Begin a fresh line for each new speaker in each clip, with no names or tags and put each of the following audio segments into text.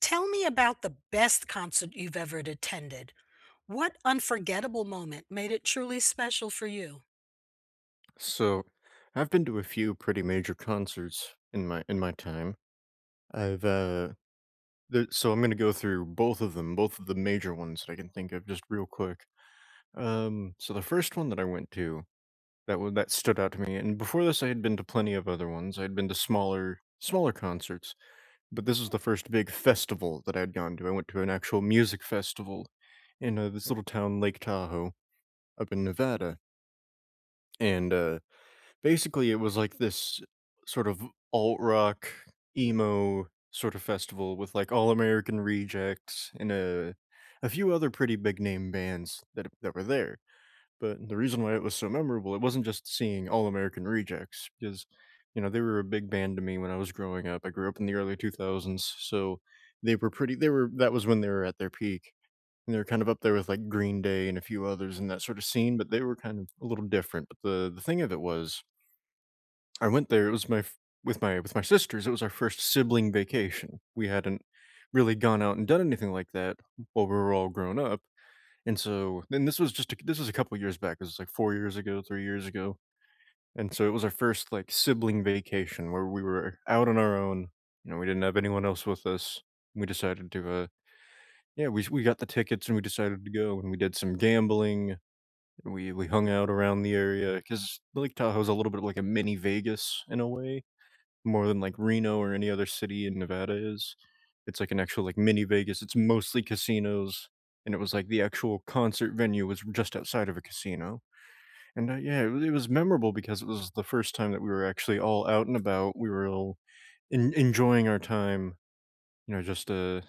Tell me about the best concert you've ever attended. What unforgettable moment made it truly special for you?
So, I've been to a few pretty major concerts in my time. I've uh, so I'm gonna go through both of them, both of the major ones that I can think of, just real quick. So the first one that I went to that stood out to me, and before this, I had been to plenty of other ones. I'd been to smaller concerts, but this was the first big festival that I'd gone to. I went to an actual music festival in this little town, Lake Tahoe, up in Nevada, and basically, it was like this sort of alt rock, emo sort of festival with like All American Rejects and a few other pretty big name bands that were there. But the reason why it was so memorable, it wasn't just seeing All American Rejects because you know they were a big band to me when I was growing up. I grew up in the early 2000s, so they were pretty. They were that was when they were at their peak. And they were kind of up there with like Green Day and a few others in that sort of scene, but they were kind of a little different. But the thing of it was I went there. It was my f- With my sisters. It was our first sibling vacation. We hadn't really gone out and done anything like that while we were all grown up. And this was just this was a couple years back. It was like 4 years ago, 3 years ago. And so it was our first like sibling vacation where we were out on our own. You know, we didn't have anyone else with us. We decided to, yeah, we got the tickets and we decided to go and we did some gambling. We hung out around the area because Lake Tahoe's a little bit like a mini Vegas in a way more than, like, Reno or any other city in Nevada is. It's like an actual, like, mini Vegas, it's mostly casinos, and it was like the actual concert venue was just outside of a casino, and, yeah, it was memorable because it was the first time that we were actually all out and about, we were all in enjoying our time, you know, just, uh,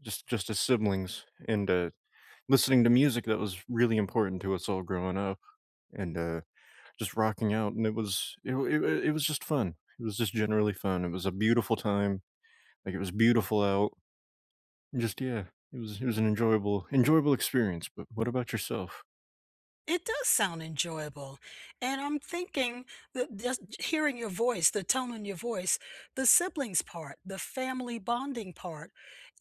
just just as siblings and listening to music that was really important to us all growing up and, uh, just rocking out, and it was just fun. It was just generally fun, it was a beautiful time. Like, it was beautiful out. Just yeah, it was an enjoyable experience, but what about yourself?
It does sound enjoyable. And I'm thinking that just hearing your voice, the tone in your voice, the siblings part, the family bonding part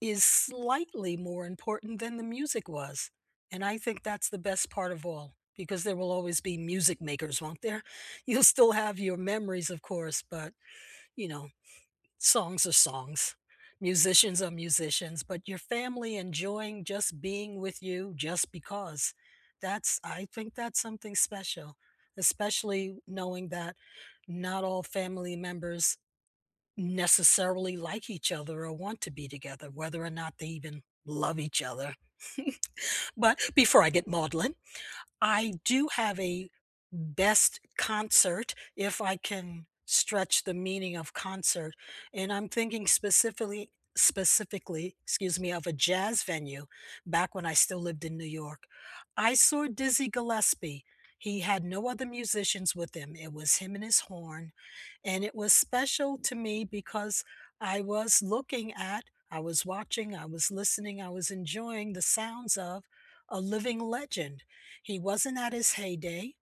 is slightly more important than the music was. And I think that's the best part of all because there will always be music makers, won't there? You'll still have your memories, of course, but you know, songs are songs. Musicians are musicians, but your family enjoying just being with you just because. I think that's something special, especially knowing that not all family members necessarily like each other or want to be together, whether or not they even love each other. But before I get maudlin, I do have a best concert, if I can stretch the meaning of concert, and I'm thinking specifically, excuse me, of a jazz venue back when I still lived in New York. I saw Dizzy Gillespie. He had no other musicians with him. It was him and his horn, and it was special to me because I was looking at, I was watching, I was listening, I was enjoying the sounds of a living legend. He wasn't at his heyday,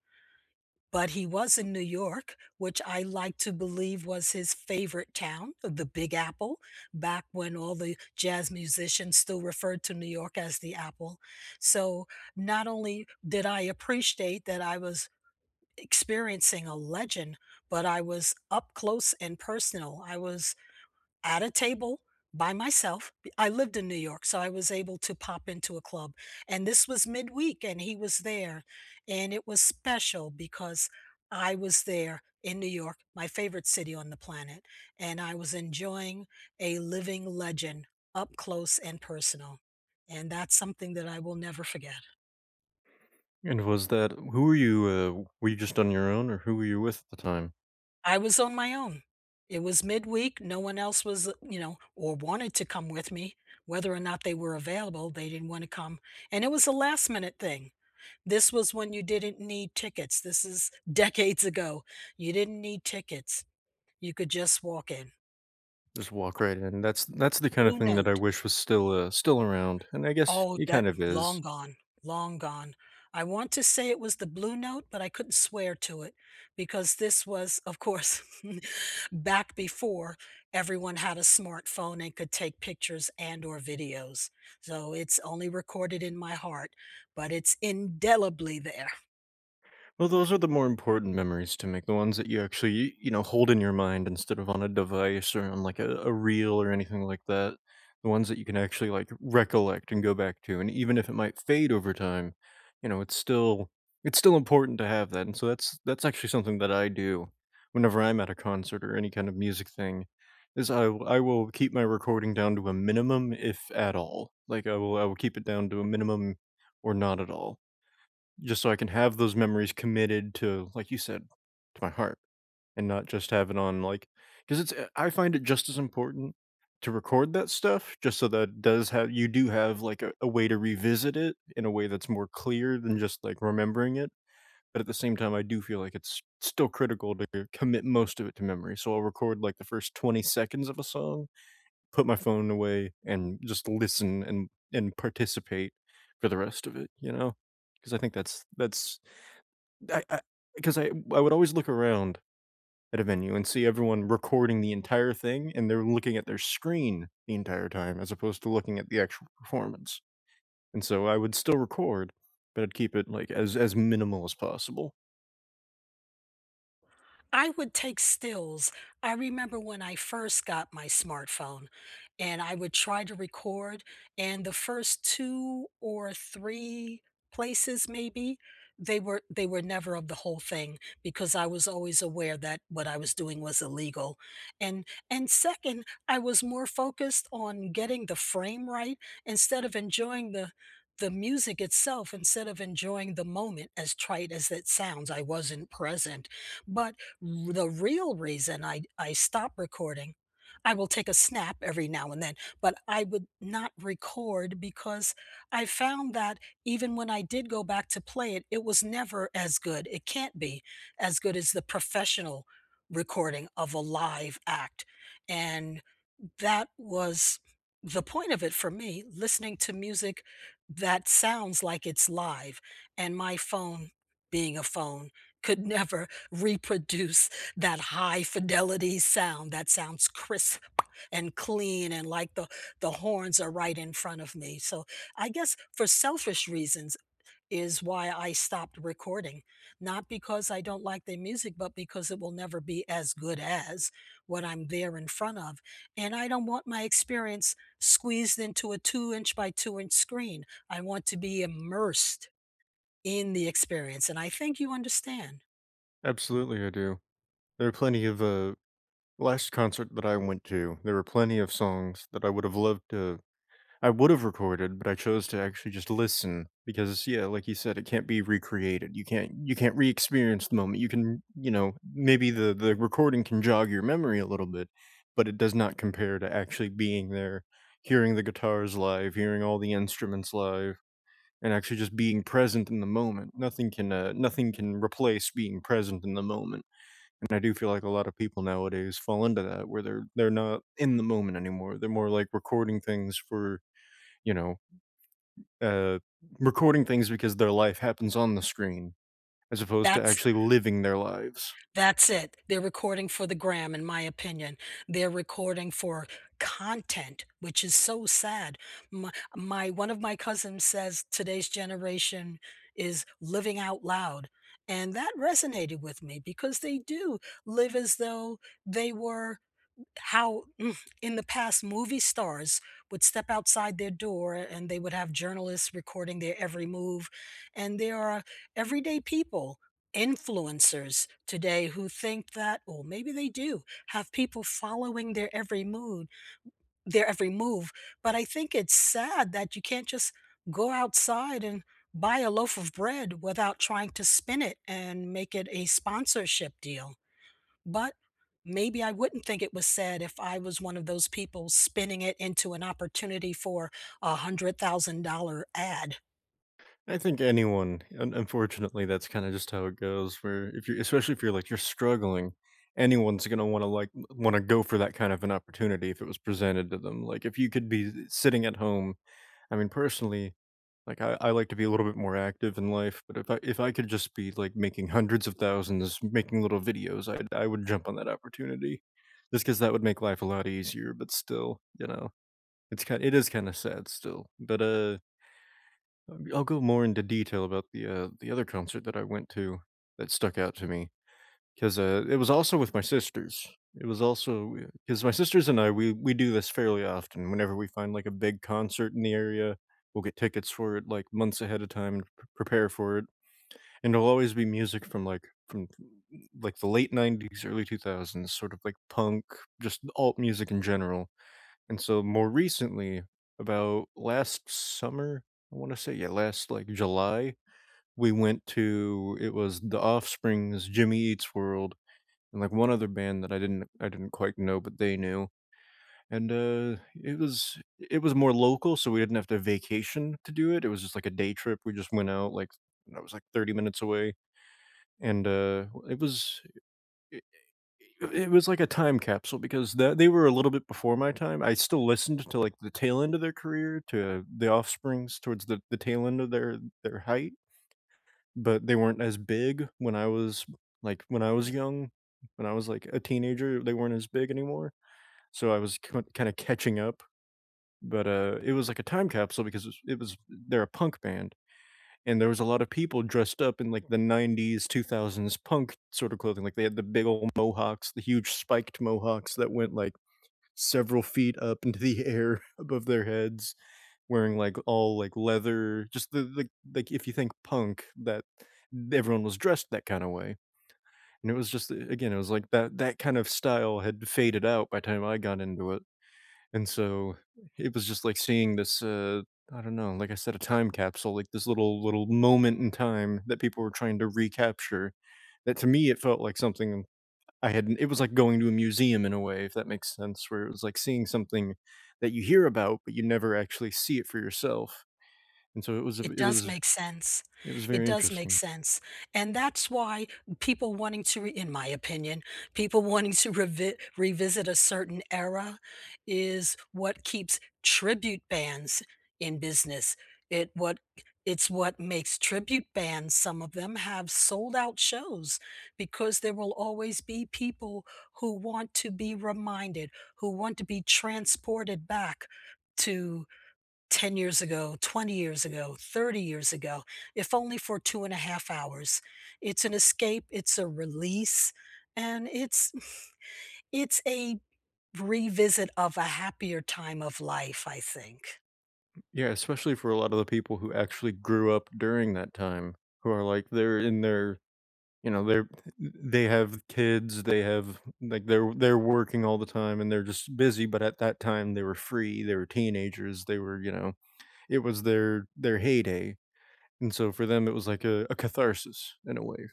but he was in New York, which I like to believe was his favorite town, the Big Apple, back when all the jazz musicians still referred to New York as the Apple. So not only did I appreciate that I was experiencing a legend, but I was up close and personal. I was at a table by myself. I lived in New York, so I was able to pop into a club. And this was midweek, and he was there. And it was special because I was there in New York, my favorite city on the planet. And I was enjoying a living legend up close and personal. And that's something that I will never forget.
And was that who were you just on your own or who were you with at the time?
I was on my own. It was midweek, no one else was, or wanted to come with me. Whether or not they were available, they didn't want to come, and it was a last minute thing. This was when you didn't need tickets. This is decades ago. You didn't need tickets. You could just walk in.
Just walk right in. That's the kind of
Blue
thing that I
note.
wish was still, still around, and I guess
Oh,
it
that
kind of
long
is.
gone, long gone. I want to say it was the Blue Note, but I couldn't swear to it because this was, of course, back before everyone had a smartphone and could take pictures and or videos. So it's only recorded in my heart, but it's indelibly there.
Well, those are the more important memories to make, the ones that you actually, you know, hold in your mind instead of on a device or on like a reel or anything like that. The ones that you can actually like recollect and go back to. And even if it might fade over time, you know, it's still important to have that. And so that's actually something that I do whenever I'm at a concert or any kind of music thing is I will keep my recording down to a minimum if at all. Like I will keep it down to a minimum or not at all just so I can have those memories committed to, like you said, to my heart and not just have it on like because it's I find it just as important to record that stuff just so that it does have you do have like a way to revisit it in a way that's more clear than just like remembering it. But at the same time, I do feel like it's still critical to commit most of it to memory. So I'll record like the first 20 seconds of a song, put my phone away, and just listen and participate for the rest of it, you know? Because I think that's I because I 'cause I would always look around at a venue and see everyone recording the entire thing, and they're looking at their screen the entire time as opposed to looking at the actual performance, and so I would still record, but I'd keep it, like, as minimal as possible.
I would take stills. I remember when I first got my smartphone and I would try to record, and the first 2 or 3 places maybe, they were never of the whole thing because I was always aware that what I was doing was illegal. And second, I was more focused on getting the frame right instead of enjoying the music itself, instead of enjoying the moment, as trite as it sounds, I wasn't present. But the real reason I stop recording. I will take a snap every now and then, but I would not record because I found that even when I did go back to play it, it was never as good. It can't be as good as the professional recording of a live act. And that was the point of it for me, listening to music that sounds like it's live. And my phone, being a phone, could never reproduce that high fidelity sound that sounds crisp and clean and like the horns are right in front of me. So I guess for selfish reasons is why I stopped recording. Not because I don't like their music, but because it will never be as good as what I'm there in front of. And I don't want my experience squeezed into a two-inch by two inch screen. I want to be immersed in the experience. And I think you understand.
Absolutely, I do. There are plenty of, last concert that I went to, there were plenty of songs that I would have loved to I would have recorded, but I chose to actually just listen because yeah, like you said, it can't be recreated. You can't re-experience the moment. You can, you know, maybe the recording can jog your memory a little bit, but it does not compare to actually being there, hearing the guitars live, hearing all the instruments live, and actually just being present in the moment. Nothing can nothing can replace being present in the moment. And I do feel like a lot of people nowadays fall into that where they're not in the moment anymore. They're more like recording things for you know uh, recording things because their life happens on the screen as opposed to
That's
actually living their lives.
That's it. They're recording for the gram, in my opinion. They're recording for content, which is so sad. My one of my cousins says today's generation is living out loud, and that resonated with me because they do live as though they were how mm, in the past movie stars would step outside their door and they would have journalists recording their every move and there are everyday people influencers today who think that or maybe they do have people following their every mood their every move but I think it's sad that you can't just go outside and buy a loaf of bread without trying to spin it and make it a sponsorship deal but maybe I wouldn't think it was sad if I was one of those people spinning it into an opportunity for a $100,000 ad.
I think anyone, unfortunately, that's kind of just how it goes. Where if you're, especially if you're like you're struggling, anyone's gonna want to like want to go for that kind of an opportunity if it was presented to them. Like if you could be sitting at home I mean, personally, like I like to be a little bit more active in life, but if I could just be like making hundreds of thousands, making little videos, I would jump on that opportunity, just because that would make life a lot easier. But still, you know, it is kind of sad still. But I'll go more into detail about the other concert that I went to that stuck out to me because it was also with my sisters. It was also because my sisters and I we do this fairly often. Whenever we find like a big concert in the area, we'll get tickets for it like months ahead of time and prepare for it. And it'll always be music from like the late '90s, early 2000s, sort of like punk, just alt music in general. And so more recently, about last summer, I want to say yeah, last like July, we went to it was the Offspring's Jimmy Eats World and, like, one other band that I didn't quite know, but they knew, and, it was more local, so we didn't have to vacation to do it, it was just, like, a day trip, we just went out, like, I was, like, 30 minutes away, and, it was it it was like a time capsule because that they were a little bit before my time, I still listened to, like, the tail end of their career, to The Offsprings towards the tail end of their height, but they weren't as big when I was like, when I was young, when I was, like, a teenager, they weren't as big anymore. So I was kinda catching up, but, it was like a time capsule because it was they're a punk band, and there was a lot of people dressed up in, like, the '90s, 2000s punk sort of clothing, like, they had the big old mohawks, the huge spiked mohawks that went, like, several feet up into the air above their heads, wearing, like, all, like, leather, just the like, if you think punk, that everyone was dressed that kinda way, and it was just, again, it was like that kind of style had faded out by the time I got into it. And so it was just like seeing this, I don't know, like I said, a time capsule, like this little moment in time that people were trying to recapture. That to me, it felt like something I had. It was like going to a museum in a way, if that makes sense, where it was like seeing something that you hear about, but you never actually see it for yourself. And so
It does make sense.
it was
It
very
does make
interesting.
sense, and that's why people wanting to re in my opinion, people wanting to revisit a certain era is what keeps tribute bands in business. It what it's what makes tribute bands, some of them have sold out shows because there will always be people who want to be reminded, who want to be transported back to 10 years ago, 20 years ago, 30 years ago, if only for two and a half hours. It's an escape, it's a release, and it's it's a revisit of a happier time of life, I think.
Yeah, especially for a lot of the people who actually grew up during that time, who are like they're in their you know, they're they have kids, they have like, they're working all the time, and they're just busy, but at that time, they were free, they were teenagers, they were, you know it was their heyday, and so for them, it was like a catharsis in a way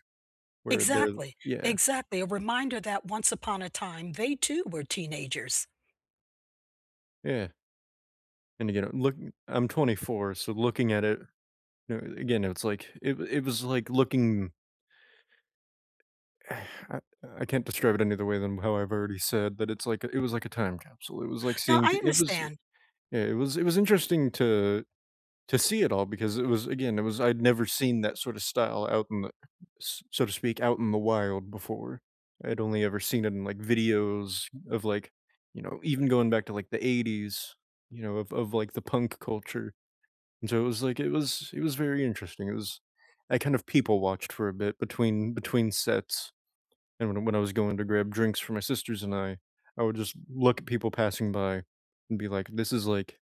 where they're
Exactly,
Yeah,
exactly. A reminder that once upon a time, they too were teenagers.
yeah, and again, look I'm 24, so looking at it, you know, again, it's like it was like looking I I can't describe it any other way than how I've already said, that it's like it was like a time capsule, it was like
Now,
seeing
I
it was
understand.
yeah, it was interesting to see it all because it was again, it was I'd never seen that sort of style out in the s so to speak, out in the wild before. I'd only ever seen it in, like, videos of, like, you know, even going back to, like, the '80s, you know, like, the punk culture, and so it was like it was very interesting, it was I kind of people watched for a bit between sets, and when I was going to grab drinks for my sisters and I would just look at people passing by and be like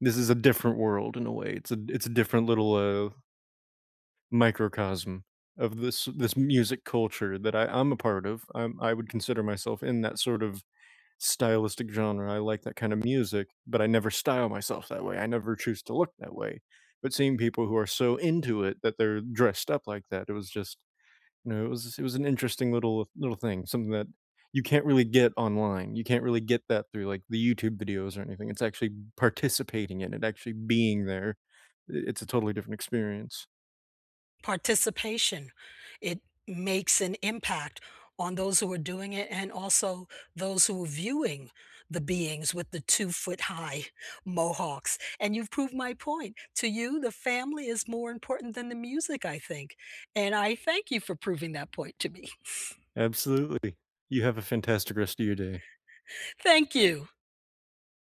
this is a different world in a way. It's a different little microcosm of this music culture that I'm a part of. I would consider myself in that sort of stylistic genre. I like that kind of music, but I never style myself that way. I never choose to look that way. But seeing people who are so into it that they're dressed up like that, it was just you know, it was an interesting little thing, something that you can't really get online. You can't really get that through, like, the YouTube videos or anything. It's actually participating in it, actually being there. I It's a totally different experience.
Participation. It makes an impact on those who are doing it and also those who are viewing the beings with the 2 foot high mohawks. And you've proved my point. To you, the family is more important than the music, I think. And I thank you for proving that point to me.
Absolutely. You have a fantastic rest of your day.
Thank you.